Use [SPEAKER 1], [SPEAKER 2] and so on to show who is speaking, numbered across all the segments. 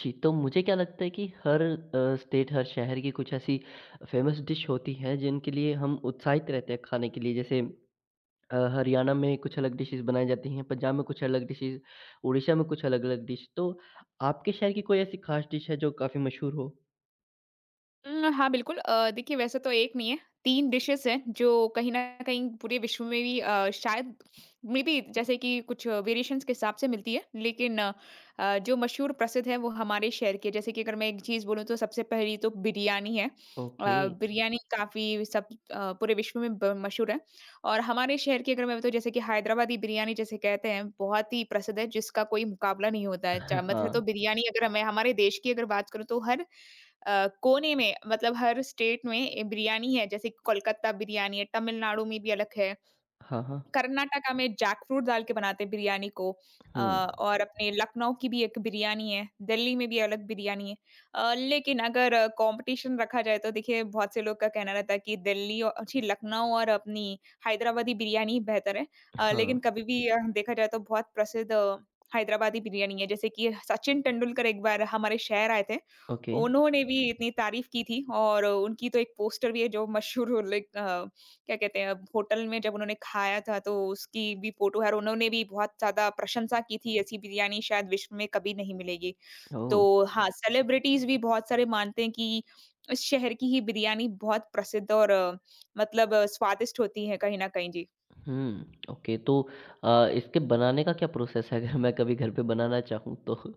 [SPEAKER 1] जी, तो मुझे क्या लगता है कि हर स्टेट, हर शहर की कुछ ऐसी फ़ेमस डिश होती हैं, जिनके लिए हम उत्साहित रहते हैं खाने के लिए। जैसे हरियाणा में कुछ अलग डिशेज़ बनाई जाती हैं, पंजाब में कुछ अलग डिशेज़, उड़ीसा में कुछ अलग-अलग डिश। तो आपके शहर की कोई ऐसी ख़ास डिश है, जो काफ़ी मशहूर हो?
[SPEAKER 2] हाँ, बिल्कुल देखिए वैसे तो एक नहीं है, 3 डिशेज़ हैं जो कहीं न कहीं पूरे विश्व में भी शायद मेबी जैसे कि कुछ वेरिएशंस के हिसाब से मिलती है। लेकिन जो मशहूर प्रसिद्ध है वो हमारे शहर की है। जैसे कि अगर मैं एक चीज़ बोलूँ तो सबसे पहली तो बिरयानी है।
[SPEAKER 1] ओके।
[SPEAKER 2] बिरयानी काफ़ी पूरे विश्व में ब मशहूर है और हमारे शहर की अगर मैं बताऊँ जैसे कि हैदराबादी बिरयानी जिसे कहते हैं, बहुत ही प्रसिद्ध है जिसका कोई मुकाबला नहीं होता है। चा मतलब तो
[SPEAKER 1] हाँ।
[SPEAKER 2] बिरयानी अगर मैं हमारे देश की अगर बात करूँ तो हर कोने में मतलब हर स्टेट में बिरयानी है जैसे कोलकाता बिरयानी है, तमिलनाडु में भी अलग है,
[SPEAKER 1] हाँ, हाँ।
[SPEAKER 2] कर्नाटका में जैकफ्रूट डाल के बनाते हैं बिरयानी को। अ,
[SPEAKER 1] हुँ।
[SPEAKER 2] और अपने लखनऊ की भी एक बिरयानी है, दिल्ली में भी अलग बिरयानी है। लेकिन अगर कॉम्पिटिशन रखा जाए तो देखिए बहुत से लोग का कहना रहता है कि दिल्ली औ छी लखनऊ और अपनी हैदराबादी बिरयानी ही बेहतर है।
[SPEAKER 1] हाँ।
[SPEAKER 2] लेकिन कभी भी देखा जाए तो बहुत प्रसिद्ध हैदराबादी बिरयानी है। जैसे कि सचिन तेंदुलकर एक बार हमारे शहर आए थे,
[SPEAKER 1] ओके।
[SPEAKER 2] उन्होंने भी इतनी तारीफ़ की थी और उनकी तो एक पोस्टर भी है जो मशहूर हो, क्या कहते हैं अब होटल में जब उन्होंने खाया था तो उसकी भी फ़ोटो है, और उन्होंने भी बहुत ज़्यादा प्रशंसा की थी, ऐसी बिरयानी शायद विश्व में कभी नहीं मिलेगी। तो
[SPEAKER 1] ओह!
[SPEAKER 2] हाँ, सेलिब्रिटीज़ भी बहुत सारे मानते हैं कि इस शहर की ही बिरयानी बहुत प्रसिद्ध और स्वादिष्ट होती है कहीं न कहीं। जी।
[SPEAKER 1] हुँ, ओके। तो इसके बनाने का क्या प्रोसेस है? अगर मैं कभी घर पे बनाना चाहूँ तो?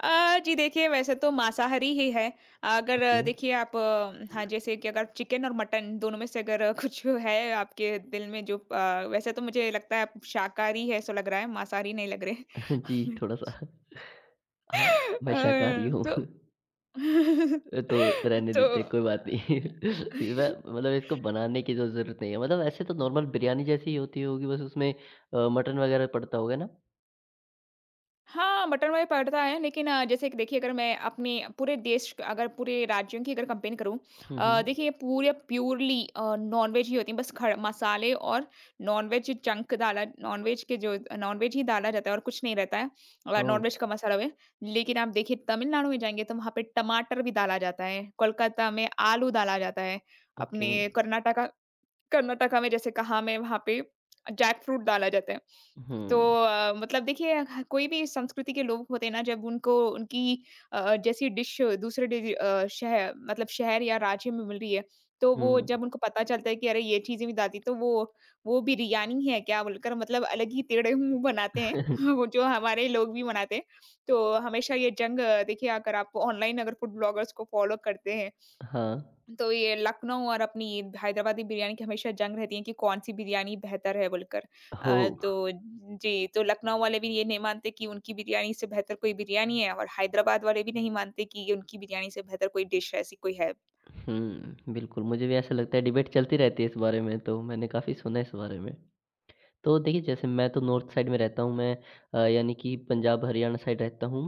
[SPEAKER 2] जी देखिए वैसे तो मांसाहारी ही है। अगर अ,
[SPEAKER 1] ओके।
[SPEAKER 2] देखिए आप, हाँ, जैसे कि अगर चिकन और मटन दोनों में से अगर कुछ है आपके दिल में जो, वैसे तो मुझे लगता है आप शाकाहारी है ऐसा लग रहा है, मांसाहारी नहीं लग रहे।
[SPEAKER 1] जी, थोड़ा-सा। हाँ, मैं शाकाहारी
[SPEAKER 2] अ,
[SPEAKER 1] हूँ।
[SPEAKER 2] तो
[SPEAKER 1] तो रहने
[SPEAKER 2] तो
[SPEAKER 1] देते,
[SPEAKER 2] अ,
[SPEAKER 1] कोई बात नहीं। मैं मतलब इसको बनाने की तो ज़रूरत नहीं है। मतलब ऐसे तो नॉर्मल बिरयानी जैसी ही होती होगी, बस उसमें मटन वगैरह पड़ता होगा ना?
[SPEAKER 2] हाँ, बटन वाली पड़ता है, लेकिन जैसे कि देखिए अगर मैं अपने पूरे देश अगर पूरे राज्यों की अगर कंपेयर करूँ।
[SPEAKER 1] हुँ, हुँ।
[SPEAKER 2] देखिए पूरे प्योरली नॉनवेज ही होती है, बस खड़ मसाले और नॉनवेज जंक डाला नॉनवेज के जो नॉनवेज ही डाला जाता है और कुछ नहीं रहता है और
[SPEAKER 1] ओह!
[SPEAKER 2] नॉनवेज का मसाला में। लेकिन आप देखिए तमिलनाडु में जाएँगे तो वहाँ पे टमाटर भी डाला जाता है, कोलकाता में आलू डाला जाता है,
[SPEAKER 1] ओके।
[SPEAKER 2] अपने कर्नाटका कर्नाटका में जैसे कहा मैं वहाँ पे जैक फ्रूट डाला जाता है। तो
[SPEAKER 1] हुँ,
[SPEAKER 2] मतलब देखिए ह कोई भी संस्कृति के लोग होते हैं ना जब उनको उनकी जैसी डिश दूसरे डिज अ, शह मतलब शहर या राज्य में मिल रही है, तो वो
[SPEAKER 1] हुँ।
[SPEAKER 2] जब उनको पता चलता है कि अरे ये चीज़ें भी डालती तो वो भी बिरयानी है क्या बोलकर, मतलब अलग ही टेढ़े मुँह बनाते हैं। वो जो हमारे लोग भी बनाते हैं। तो हमेशा ये जंग, देखिए अगर आप ऑनलाइन अगर फूड ब्लॉगर्स को फॉलो करते हैं
[SPEAKER 1] हाँ।
[SPEAKER 2] तो ये लखनऊ और अपनी हैदराबादी बिरयानी की हमेशा जंग रहती है कि कौन-सी बिरयानी बेहतर है बोलकर। अ,
[SPEAKER 1] ओह!
[SPEAKER 2] तो जी, तो लखनऊ वाले भी ये नहीं मानते कि उनकी बिरयानी से बेहतर कोई बिरयानी है, और हैदराबाद वाले भी नहीं मानते कि ये उनकी बिरयानी से बेहतर कोई डिश ऐसी कोई है।
[SPEAKER 1] हुँ, बिल्कुल, मुझे भी ऐसा लगता है डिबेट चलती रहती है इस बारे में, तो मैंने काफ़ी सुना है इस बारे में। तो देखिए, जैसे मैं तो नॉर्थ साइड में रहता हूँ, मैं यानी कि पंजाब, हरियाणा साइड रहता हूँ।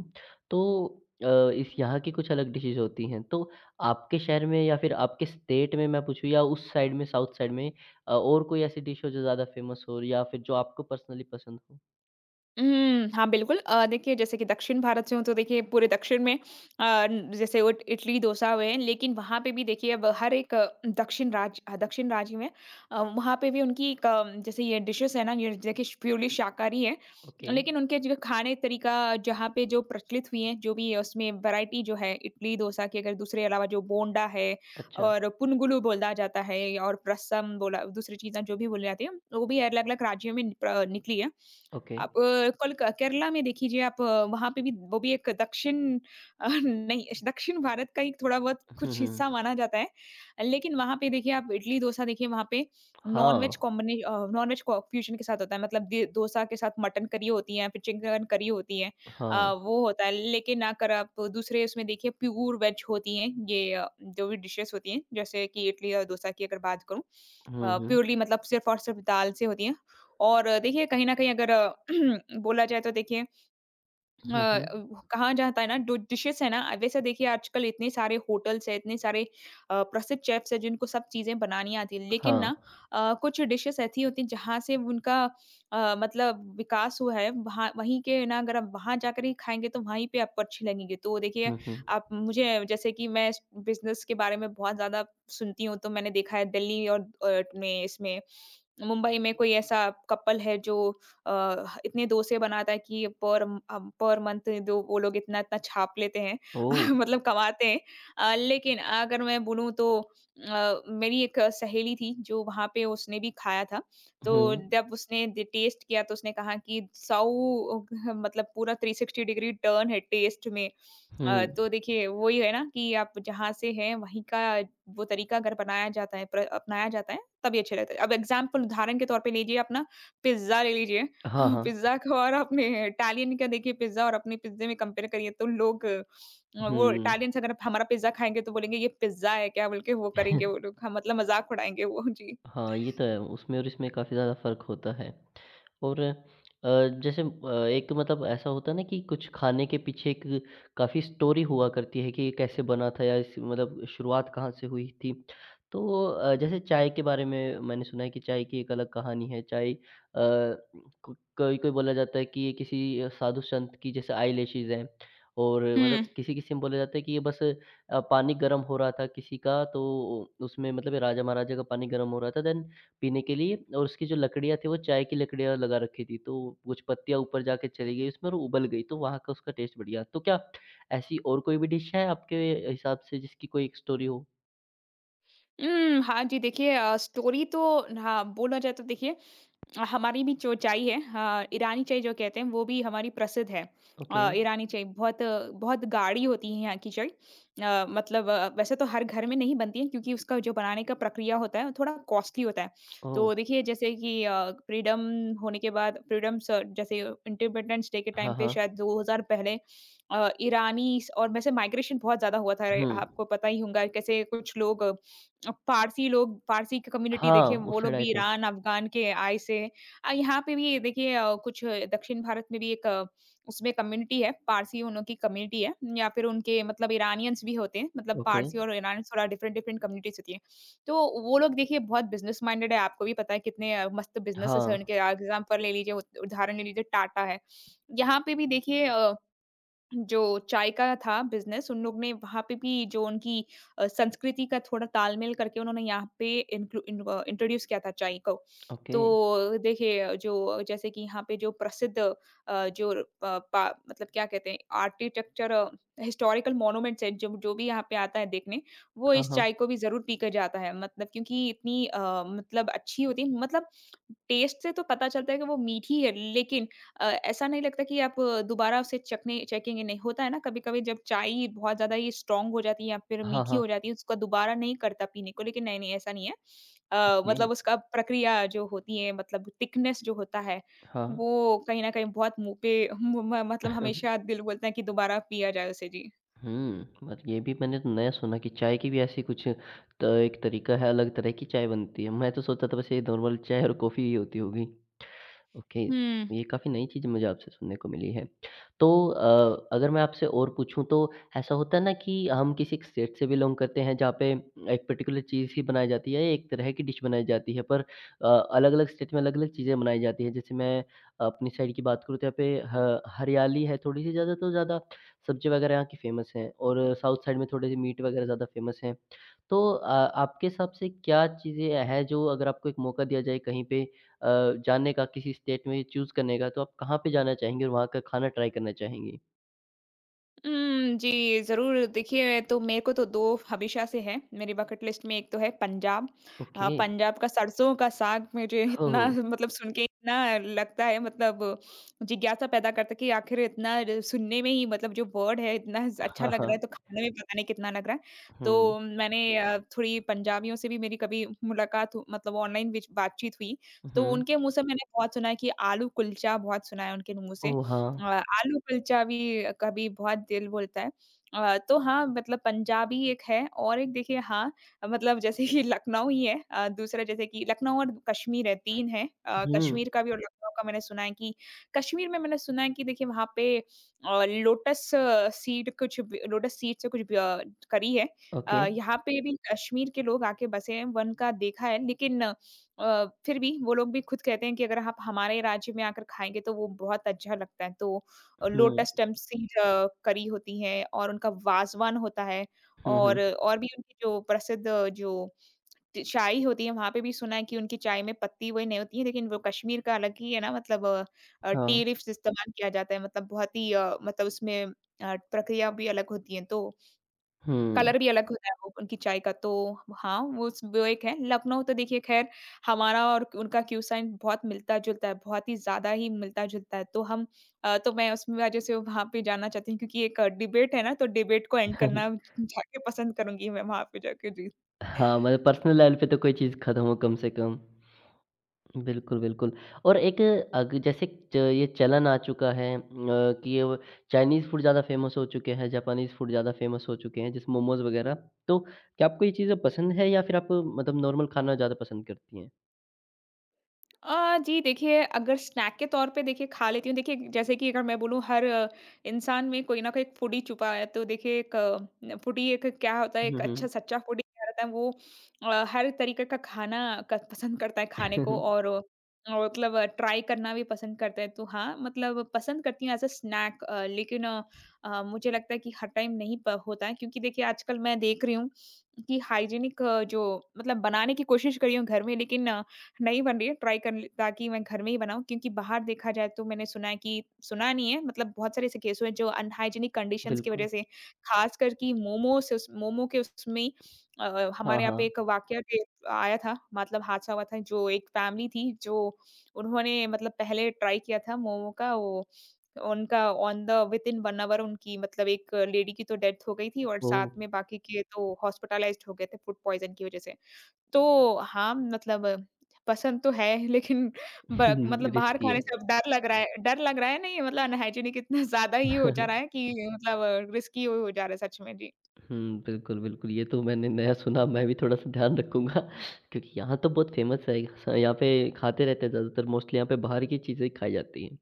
[SPEAKER 1] तो इस यहाँ की कुछ अलग डिशेज़ होती हैं। तो आपके शहर में या फिर आपके स्टेट में मैं पूछूँ या उस साइड में, साउथ साइड में और कोई ऐसी डिश हो जो ज़्यादा फ़ेमस हो या फिर जो आपको पर्सनली पसंद हो?
[SPEAKER 2] हुँ, हाँ, बिल्कुल। देखिए जैसे कि दक्षिण भारत से हूँ तो देखिए पूरे दक्षिण में जैसे उट इडली, डोसा हुए हैं, लेकिन वहाँ पे भी देखिए अब हर एक दक्षिण राज्य में वहाँ पे भी उनकी एक, जैसे ये डिशेज़ है ना, ये देखिए श प्योरली शाकाहारी है।
[SPEAKER 1] ओके,
[SPEAKER 2] लेकिन उनके जो खाने तरीका जहाँ पे जो प्रचलित हुई हैं, जो भी उसमें वैरायटी जो है इडली, डोसा की अगर दूसरे अलावा जो बोंडा है
[SPEAKER 1] अच्छा,
[SPEAKER 2] और पुनगुलू बोला जाता है और रसम बोला, दूसरी चीज़ें जो भी बोली जाती हैं, वो भी अलग-अलग राज्यों में प्र निकली है।
[SPEAKER 1] ओके।
[SPEAKER 2] कल क केरला में देख लीजिए। वहाँ पे भी वो भी एक दक्षिण अ, नहीं दक्षिण भारत का एक थोड़ा-बहुत
[SPEAKER 1] हुँ,
[SPEAKER 2] कुछ हिस्सा
[SPEAKER 1] हुँ।
[SPEAKER 2] माना जाता है। लेकिन वहाँ पे देखिए आप इडली डोसा देखिए वहाँ पे
[SPEAKER 1] हाँ,
[SPEAKER 2] नॉन-वेज को फ्यूजन के साथ होता है, मतलब दे डोसा के साथ मटन करी होती है, फिर चिकन करी होती है।
[SPEAKER 1] हाँ।
[SPEAKER 2] वो होता है, लेकिन अगर आप दूसरे उसमें देखिए प्योर वेज होती हैं, ये जो भी डिशेज़ होती हैं जैसे कि इडली और डोसा की अगर बात करूँ,
[SPEAKER 1] हुँ, हुँ।
[SPEAKER 2] प्योरली मतलब सिर्फ़ और सिर्फ़ दाल से होती हैं। और देखिए कहीं न कहीं अगर बोला जाए तो देखिए, अ,
[SPEAKER 1] हुँ, हुँ।
[SPEAKER 2] उ कहा जाता है ना, जो डिशेज़ है ना, वैसे देखिए आजकल इतने सारे होटल्स हैं, इतने सारे प्रसिद्ध शेफ़्स हैं जिनको सब चीज़ें बनानी आती हैं। लेकिन
[SPEAKER 1] हाँ।
[SPEAKER 2] ना, कुछ डिशेज़ ऐसी होती हैं जहाँ से उनका मतलब विकास हुआ है, वहाँ वहीं के ना, अगर आप वहाँ जाकर ही खाएँगे तो वहीं पे आपको अच्छी लगेंगी। तो देखिए
[SPEAKER 1] हुँ, हुँ।
[SPEAKER 2] आप मुझे जैसे कि मैं इस बिज़नेस के बारे में बहुत ज़्यादा सुनती हूँ, तो मैंने देखा है दिल्ली और में इसमें मुंबई में कोई ऐसा कपल है जो इतने डोसे बनाता है कि पर मंथ जो वो लोग इतना-इतना छाप लेते हैं।
[SPEAKER 1] ओह!
[SPEAKER 2] मतलब कमाते हैं। लेकिन अगर मैं बोलूँ तो मेरी एक सहेली थी जो वहाँ पे उसने भी खाया था। तो
[SPEAKER 1] हुँ।
[SPEAKER 2] जब उसने द टेस्ट किया तो उसने कहा कि 100 मतलब पूरा 360 डिग्री टर्न है टेस्ट में। अ,
[SPEAKER 1] हुँ।
[SPEAKER 2] तो देखिए वही है ना कि आप जहाँ से हैं वहीं का वो तरीका अगर बनाया जाता है प्र अपनाया जाता है तभी अच्छा लगता है। अब एग्ज़ाम्पल उदाहरण के तौर पे लीजिए अपना पिज़्ज़ा ले लीजिए।
[SPEAKER 1] हाँ,
[SPEAKER 2] हाँ,
[SPEAKER 1] हाँ।
[SPEAKER 2] पिज़्ज़ा का और आपने इटालियन का देखिए पिज़्ज़ा और अपने पिज़्ज़े में कंपेयर करिए तो लोग, वो
[SPEAKER 1] हुँ।
[SPEAKER 2] इटालियन से अगर हमारा पिज़्ज़ा खाएँगे तो बोलेंगे ये पिज़्ज़ा है क्या? बोल के वो करेंगे वो लोग, हाँ, मतलब मज़ाक उड़ाएँगे वो। जी।
[SPEAKER 1] हाँ, ये तो है। उसमें और इसमें काफ़ी ज़्यादा फ़र्क होता है। और जैसे एक मतलब ऐसा होता है ना कि कुछ खाने के पीछे एक काफ़ी स्टोरी हुआ करती है कि ये कैसे बना था या इस मतलब शुरुआत कहाँ से हुई थी। तो जैसे चाय के बारे में मैंने सुना है कि चाय की एक अलग कहानी है। चाय को कोई-कोई बोला जाता है कि ये किसी साधु संत की जैसे आईलैशेज़ हैं और
[SPEAKER 2] हुँ।
[SPEAKER 1] मतलब किसी-किसी में बोला जाता है कि ये बस पानी गरम हो रहा था किसी का तो उसमें मतलब राजा महाराजा का पानी गरम हो रहा था देन पीने के लिए और उसकी जो लकड़ियाँ थी वो चाय की लकड़ियाँ लगा रखी थी। तो कुछ पत्तियाँ ऊपर जाके चली गई उसमें और उबल गई तो वहाँ का उसका टेस्ट बढ़िया। तो क्या ऐसी और कोई भी डिश है आपके हिसाब से जिसकी कोई एक स्टोरी हो?
[SPEAKER 2] हाँ जी, देखिए स्टोरी तो हाँ, बोला जाए तो देखिए हमारी भी जो चाय है, हाँ, ईरानी चाय जो कहते हैं वो भी हमारी प्रसिद्ध है।
[SPEAKER 1] ओके।
[SPEAKER 2] ईरानी चाय बहुत बहुत गाढ़ी होती है यहाँ की चाय। मतलब, वैसे तो हर घर में नहीं बनती है क्योंकि उसका जो बनाने का प्रक्रिया होता है वो थोड़ा कॉस्टली होता है।
[SPEAKER 1] ओह!
[SPEAKER 2] तो देखिए जैसे कि फ्रीडम होने के बाद फ्रीडम स जैसे इंडिपेंडेंस डे के टाइम
[SPEAKER 1] हाँ,
[SPEAKER 2] पे
[SPEAKER 1] हाँ।
[SPEAKER 2] शायद 2000 पहले ईरानी, और वैसे माइग्रेशन बहुत ज़्यादा हुआ था।
[SPEAKER 1] हुँ।
[SPEAKER 2] आपको पता ही होगा कैसे कुछ लोग फ़ारसी की कम्युनिटी, देखिए
[SPEAKER 1] हाँ, उस
[SPEAKER 2] वो
[SPEAKER 1] साइड
[SPEAKER 2] लोग
[SPEAKER 1] आए
[SPEAKER 2] भी
[SPEAKER 1] थे।
[SPEAKER 2] ईरान, अफ़गान के आए से हैं। यहाँ पे भी देखिए कुछ दक्षिण भारत में भी एक, उसमें कम्युनिटी है, फ़ारसी उन लोग की कम्युनिटी है या फिर उनके मतलब इरानियंस भी होते हैं, मतलब
[SPEAKER 1] ओके।
[SPEAKER 2] फ़ारसी और इरानियंस थोड़ा डिफ़रेंट-डिफ़रेंट कम्युनिटीज़ होती हैं। तो वो लोग देखिए बहुत बिज़नेस माइंडेड है, आपको भी पता है कितने मस्त बिज़नेसेज़ हैं
[SPEAKER 1] हाँ।
[SPEAKER 2] उनके। एग्ज़ाम्पल ले लीजिए, उद उदाहरण ले लीजिए, टाटा है। यहाँ पे भी देखिए जो चाय का था बिज़नेस, उन लोग ने वहाँ पे भी जो उनकी संस्कृति का थोड़ा तालमेल करके उन्होंने यहाँ पे इंट्रोड्यूस किया था चाय को।
[SPEAKER 1] ओके।
[SPEAKER 2] तो देखिए, जो जैसे कि यहाँ पे जो प्रसिद्ध अ, जो अ, पा मतलब क्या कहते हैं आर्किटेक्चर हिस्टोरिकल मॉन्यूमेंट्स हैं, जो जो भी यहाँ पे आता है देखने, वो
[SPEAKER 1] हाँ,
[SPEAKER 2] इस
[SPEAKER 1] हाँ।
[SPEAKER 2] चाय को भी ज़रूर पीकर जाता है। मतलब क्योंकि इतनी मतलब अच्छी होती है, मतलब टेस्ट से तो पता चलता है कि वो मीठी है, लेकिन ऐसा नहीं लगता कि आप अ, दोबारा उसे चखने चखेंगे नहीं। होता है ना कभी-कभी जब चाय बहुत ज़्यादा ही स्ट्रॉन्ग हो जाती है या फिर
[SPEAKER 1] हाँ,
[SPEAKER 2] मीठी
[SPEAKER 1] हाँ।
[SPEAKER 2] हो जाती है, उसका दोबारा नहीं करता पीने को, लेकिन नहीं, नहीं ऐसा नहीं है।
[SPEAKER 1] ओके।
[SPEAKER 2] मतलब उसका प्रक्रिया जो होती है, मतलब थिकनेस जो होता है,
[SPEAKER 1] हाँ।
[SPEAKER 2] वो कहीं न कहीं बहुत मुँह पे म म मतलब हमेशा दिल बोलता है कि दोबारा पिया जाए उसे। जी।
[SPEAKER 1] हुँ, और ये भी मैंने तो नया सुना कि चाय की भी ऐसी कुछ त एक तरीका है, अलग तरह की चाय बनती है। मैं तो सोचता था बस ये नॉर्मल चाय और कॉफ़ी ही होती होगी। ओके,
[SPEAKER 2] हुँ।
[SPEAKER 1] ये काफ़ी नई चीज़ मुझे आपसे सुनने को मिली है। तो अगर मैं आपसे और पूछूँ तो ऐसा होता है ना कि हम किसी एक स्टेट से बिलॉन्ग करते हैं जहाँ पे एक पर्टिकुलर चीज़ ही बनाई जाती है, एक तरह की डिश बनाई जाती है पर अलग-अलग स्टेट में अलग-अलग चीज़ें बनाई जाती हैं। जैसे मैं अपनी साइड की बात करूँ तो यहाँ पे ह हरियाली है थोड़ी-सी ज़्यादा तो ज़्यादा सब्ज़ी वगैरह यहाँ की फ़ेमस हैं और साउथ साइड में थोड़े-से मीट वगैरह ज़्यादा फ़ेमस हैं। तो आपके हिसाब से क्या चीज़ें हैं जो अगर आपको एक मौका दिया जाए कहीं पे जाने का किसी स्टेट में चूज़ करने का तो आप कहाँ पे जाना चाहेंगी और वहाँ का खाना ट्राई करना चाहेंगी?
[SPEAKER 2] हुँ, जी, ज़रूर। देखिए, तो मेरे को तो 2 हमेशा से हैं, मेरी बकेट लिस्ट में एक तो है पंजाब।
[SPEAKER 1] ओके।
[SPEAKER 2] पंजाब का सरसों का साग मुझे
[SPEAKER 1] ओह!
[SPEAKER 2] इतना मतलब सुन के इतना लगता है, मतलब जिज्ञासा पैदा करता है कि आखिर इतना र सुनने में ही, मतलब जो वर्ड है इतना ज़ अच्छा
[SPEAKER 1] हाँ,
[SPEAKER 2] लग रहा है,
[SPEAKER 1] हाँ।
[SPEAKER 2] तो खाने में पता नहीं कितना लग रहा है।
[SPEAKER 1] हुँ।
[SPEAKER 2] तो मैंने थोड़ी पंजाबियों से भी मेरी कभी मुलाकात हु मतलब ऑनलाइन बीच बातचीत हुई, तो
[SPEAKER 1] हुँ।
[SPEAKER 2] उनके मुँह से मैंने बहुत सुना है कि आलू कुलचा बहुत सुना है उनके मुँह से।
[SPEAKER 1] ओह! हाँ।
[SPEAKER 2] आलू कुलचा भी कभी बहुत दिल बोलता है। तो हाँ, मतलब पंजाबी एक है, और एक देखिए हाँ, मतलब जैसे कि लखनऊ ही है, दूसरा जैसे कि लखनऊ और कश्मीर है, 3 है।
[SPEAKER 1] हुँ।
[SPEAKER 2] कश्मीर का भी और लखनऊ का मैंने सुना है कि कश्मीर में मैंने सुना है कि देखिए वहाँ पे लोटस सीड कुछ ब लोटस सीड से कुछ ब करी है।
[SPEAKER 1] ओके।
[SPEAKER 2] यहाँ पे भी कश्मीर के लोग आके बसे हैं, वन का देखा है, लेकिन फिर भी वो लोग भी खुद कहते हैं कि अगर आप हमारे राज्य में आकर खाएँगे तो वो बहुत अच्छा लगता है। तो
[SPEAKER 1] हुँ।
[SPEAKER 2] लोटस स्टेम्प सीड करी होती है और उनका वाज़वान होता है।
[SPEAKER 1] हुँ, हुँ।
[SPEAKER 2] और भी उनकी जो प्रसिद्ध जो च चाय होती है, वहाँ पे भी सुना है कि उनकी चाय में पत्ती वही नहीं होती है, लेकिन वो कश्मीर का अलग ही है ना। मतलब
[SPEAKER 1] हाँ।
[SPEAKER 2] टी लीव्स इस्तेमाल किया जाता है, मतलब बहुत ही मतलब उसमें प्रक्रिया भी अलग होती है, तो
[SPEAKER 1] हुँ।
[SPEAKER 2] कलर भी अलग होता है वो उनकी चाय का। तो हाँ, वो एक है। लखनऊ तो देखिए ख़ैर हमारा और उनका क्यूसाइन बहुत मिलता-जुलता है, बहुत ही ज़्यादा ही मिलता-जुलता है। तो मैं उस वजह से वहाँ पे जाना चाहती हूँ, क्योंकि एक डिबेट है ना, तो डिबेट को एंड करना जाके पसंद करूँगी मैं वहाँ पे जाके। जी।
[SPEAKER 1] हाँ, मतलब पर्सनल लेवल पे तो कोई चीज़ ख़त्म हो कम से कम। बिल्कुल, बिल्कुल और एक अग जैसे च ये चलन आ चुका है कि अब चाइनीज़ फूड ज़्यादा फ़ेमस हो चुके हैं, जापानीज़ फूड ज़्यादा फ़ेमस हो चुके हैं, जैसे मोमोज़ वगैरह। तो क्या आपको ये चीज़ें पसंद है या फिर आप मतलब नॉर्मल खाना ज़्यादा पसंद करती हैं?
[SPEAKER 2] जी देखिए, अगर स्नैक के तौर पे देखिए खा लेती हूँ। देखिए, जैसे कि अगर मैं बोलूँ, हर इंसान में कोई ना कोई एक फूडी छुपा है। तो देखिए एक न फूडी एक क्या होता है,
[SPEAKER 1] हुँ,
[SPEAKER 2] एक अच्छा
[SPEAKER 1] हुँ।
[SPEAKER 2] सच्चा फूडी क्या रहता है, वो हर तरीके का खाना क पसंद करता है खाने को, और मतलब ट्राई करना भी पसंद करता है। तो हाँ, मतलब पसंद करती हूँ एज़ अ स्नैक। लेकिन मुझे लगता है कि हर टाइम नहीं प होता है, क्योंकि देखिए आजकल मैं देख रही हूँ कि हाइजीनिक जो, मतलब बनाने की कोशिश कर रही हूँ घर में, लेकिन नहीं बन रही है। ट्राई कर ली, ताकि मैं घर में ही बनाऊँ, क्योंकि बाहर देखा जाए तो मैंने सुना है कि, सुना नहीं है, मतलब बहुत सारे ऐसे केस हुए हैं जो अनहाइजीनिक कंडीशंस की वज़ह
[SPEAKER 1] बिल्कुल।
[SPEAKER 2] से, ख़ासकर कि मोमो से, उस मोमो के उसमें।
[SPEAKER 1] हाँ,
[SPEAKER 2] हमारे यहाँ पे
[SPEAKER 1] हाँ।
[SPEAKER 2] एक वाक़या के आया था, मतलब हादसा हुआ था, जो एक फ़ैमिली थी, जो उन्होंने मतलब पहले ट्राई किया था मोमो का, वो उनका ऑन द विथिन 1 आवर उनकी, मतलब एक लेडी की तो डेथ हो गई थी, और
[SPEAKER 1] ओह!
[SPEAKER 2] साथ में बाकी के तो हॉस्पिटलाइज़्ड हो गए थे फूड पॉइज़न की वज़ह से। तो हाँ, मतलब पसंद तो है, लेकिन ब मतलब बाहर
[SPEAKER 1] रिस्की है।
[SPEAKER 2] खाने से अब डर लग रहा है, डर लग रहा है नहीं, मतलब अनहाइजीनिक इतना ज़्यादा ही हो जा रहा है कि, मतलब रिस्की हो जा रहा है सच में। जी।
[SPEAKER 1] हुँ, बिल्कुल, बिल्कुल। ये तो मैंने नया सुना, मैं भी थोड़ा-सा ध्यान रखूँगा क्योंकि यहाँ तो बहुत फ़ेमस है। यहाँ पे खाते रहते हैं ज़्यादातर मोस्टली यहाँ पे बाहर की चीज़ें ही खाई जाती हैं।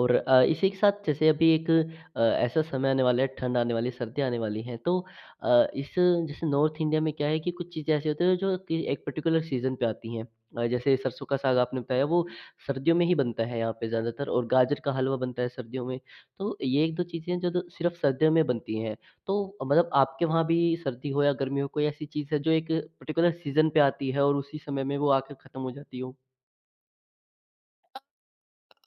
[SPEAKER 1] और इसी के साथ जैसे अभी एक ऐसा समय आने वाला है, ठंड आने वाली है, सर्दी आने वाली है, तो इस जैसे नॉर्थ इंडिया में क्या है कि कुछ चीज़ें ऐसी होती हैं जो कि एक पर्टिकुलर सीज़न पे आती हैं। जैसे सरसों का साग आपने बताया वो सर्दियों में ही बनता है यहाँ पे ज़्यादातर और गाजर का हलवा बनता है सर्दियों में। तो ये 1-2 चीज़ें हैं जो द सिर्फ़ सर्दियों में बनती हैं। तो मतलब आपके वहाँ भी सर्दी हो या गर्मी हो, कोई ऐसी चीज़ है जो एक पर्टिकुलर सीज़न पे आती है और उसी समय में वो आकर खत्म हो जाती हो?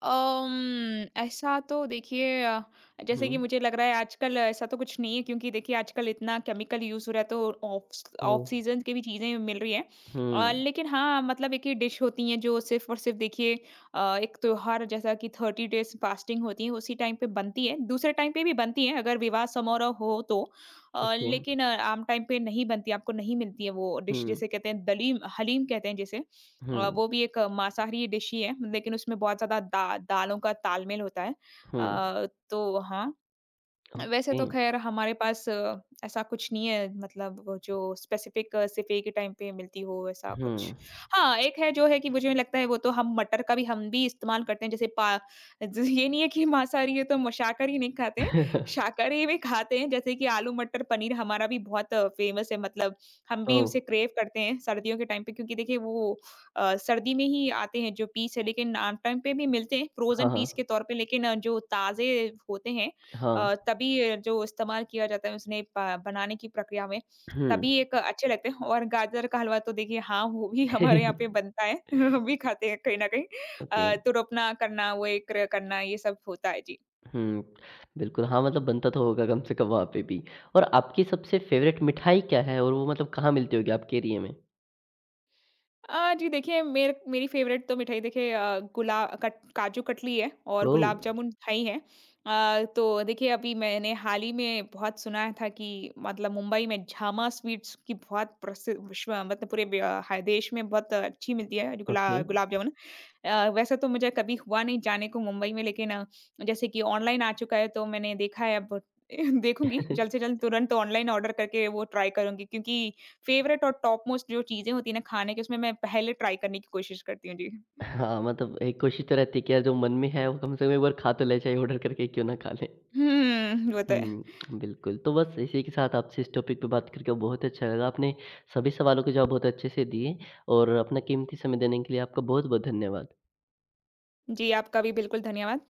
[SPEAKER 2] ऐसा तो देखिए
[SPEAKER 1] हुँ।
[SPEAKER 2] जैसे कि मुझे लग रहा है आजकल ऐसा तो कुछ नहीं है, क्योंकि देखिए आजकल इतना केमिकल यूज़ हो रहा है, तो ऑफ
[SPEAKER 1] ओह!
[SPEAKER 2] ऑफ सीजन की भी चीज़ें मिल रही हैं।
[SPEAKER 1] हुँ।
[SPEAKER 2] लेकिन हाँ, मतलब एक ही डिश होती हैं जो सिर्फ़ और सिर्फ़ देखिए एक त्योहार, जैसा कि 30 डेज़ फ़ास्टिंग होती है, उसी टाइम पे बनती है। दूसरे टाइम पे भी बनती है, अगर विवाह समारोह हो तो।
[SPEAKER 1] ओके।
[SPEAKER 2] लेकिन आम टाइम पे नहीं बनती, आपको नहीं मिलती है वो डिश,
[SPEAKER 1] हुँ।
[SPEAKER 2] जिसे कहते हैं, दलीम हलीम कहते हैं जिसे।
[SPEAKER 1] हुँ,
[SPEAKER 2] वो भी एक मांसाहारी डिश ही है, लेकिन उसमें बहुत ज़्यादा दा दालों का तालमेल होता है।
[SPEAKER 1] हुँ,
[SPEAKER 2] तो हाँ, वैसे
[SPEAKER 1] ओके,
[SPEAKER 2] तो ख़ैर हमारे पास ऐसा कुछ नहीं है, मतलब वो जो स्पेसिफ़िक सिफ़े के टाइम पे मिलती हो, ऐसा कुछ।
[SPEAKER 1] हुँ।
[SPEAKER 2] हाँ, एक है जो है, कि मुझे लगता है वो तो, हम मटर का भी हम भी इस्तेमाल करते हैं, जैसे पा ज ये नहीं है कि मांसाहारी है तो म शाकाहारी नहीं खाते हैं। शाकाहारी भी खाते हैं, जैसे कि आलू मटर पनीर हमारा भी बहुत फ़ेमस है, मतलब हम भी
[SPEAKER 1] ओह!
[SPEAKER 2] उसे क्रेव करते हैं सर्दियों के टाइम पे, क्योंकि देखिए वो सर्दी में ही आते हैं जो पीस है, लेकिन आम टाइम पे भी मिलते हैं
[SPEAKER 1] हाँ,
[SPEAKER 2] फ्रोज़न
[SPEAKER 1] हाँ,
[SPEAKER 2] पीस के तौर पे, लेकिन जो ताज़े होते हैं,
[SPEAKER 1] हाँ,
[SPEAKER 2] तभी जो इस्तेमाल किया जाता है उसने प बनाने की प्रक्रिया में,
[SPEAKER 1] हुँ,
[SPEAKER 2] तभी एक अच्छे लगते हैं। और गाजर का हलवा तो देखिए हाँ, वो भी हमारे यहाँ पे बनता है, हम भी खाते हैं कहीं न कहीं।
[SPEAKER 1] ओके,
[SPEAKER 2] तो रोपना करना, वो एक करना, ये सब होता है। जी।
[SPEAKER 1] हुँ, बिल्कुल, हाँ, मतलब बनता तो होगा कम से कम वहाँ पे भी। और आपकी सबसे फ़ेवरेट मिठाई क्या है और वो मतलब कहाँ मिलती होगी आपके एरिया में?
[SPEAKER 2] जी देखिए, मेरी फ़ेवरेट तो मिठाई देखिए गुला कट काजू कतली है और
[SPEAKER 1] ओह!
[SPEAKER 2] गुलाब जामुन मिठाई है। तो देखिए अभी मैंने हाल ही में बहुत सुना था कि, मतलब मुंबई में झामा स्वीट्स की बहुत प्रसिद्ध, विश्व मतलब पूरे ब अ, ह देश में बहुत अच्छी मिलती है
[SPEAKER 1] ओके।
[SPEAKER 2] गुलाब जामुन। वैसे तो मुझे कभी हुआ नहीं जाने को मुंबई में, लेकिन जैसे कि ऑनलाइन आ चुका है तो मैंने देखा है अब देखूँगी जल्द से जल्द, तुरंत ऑनलाइन ऑर्डर करके वो ट्राई करूँगी, क्योंकि फ़ेवरेट और टॉप मोस्ट जो चीज़ें होती हैं ना खाने की, उसमें मैं पहले ट्राई करने की कोशिश करती हूँ। जी।
[SPEAKER 1] हाँ, मतलब एक कोशिश तो रहती है कि यार जो मन में है वो कम से कम एक बार खा तो लें, चाहे ऑर्डर करके क्यों ना खा लें।
[SPEAKER 2] हुँ, वो तो है।
[SPEAKER 1] हुँ, बिल्कुल। तो बस इसी के साथ आपसे इस टॉपिक पे बात करके बहुत अच्छा लगा। आपने सभी सवालों के जवाब बहुत अच्छे से दिए और अपना कीमती समय देने के लिए आपका बहुत-बहुत धन्यवाद।
[SPEAKER 2] जी, आपका भी बिल्कुल धन्यवाद।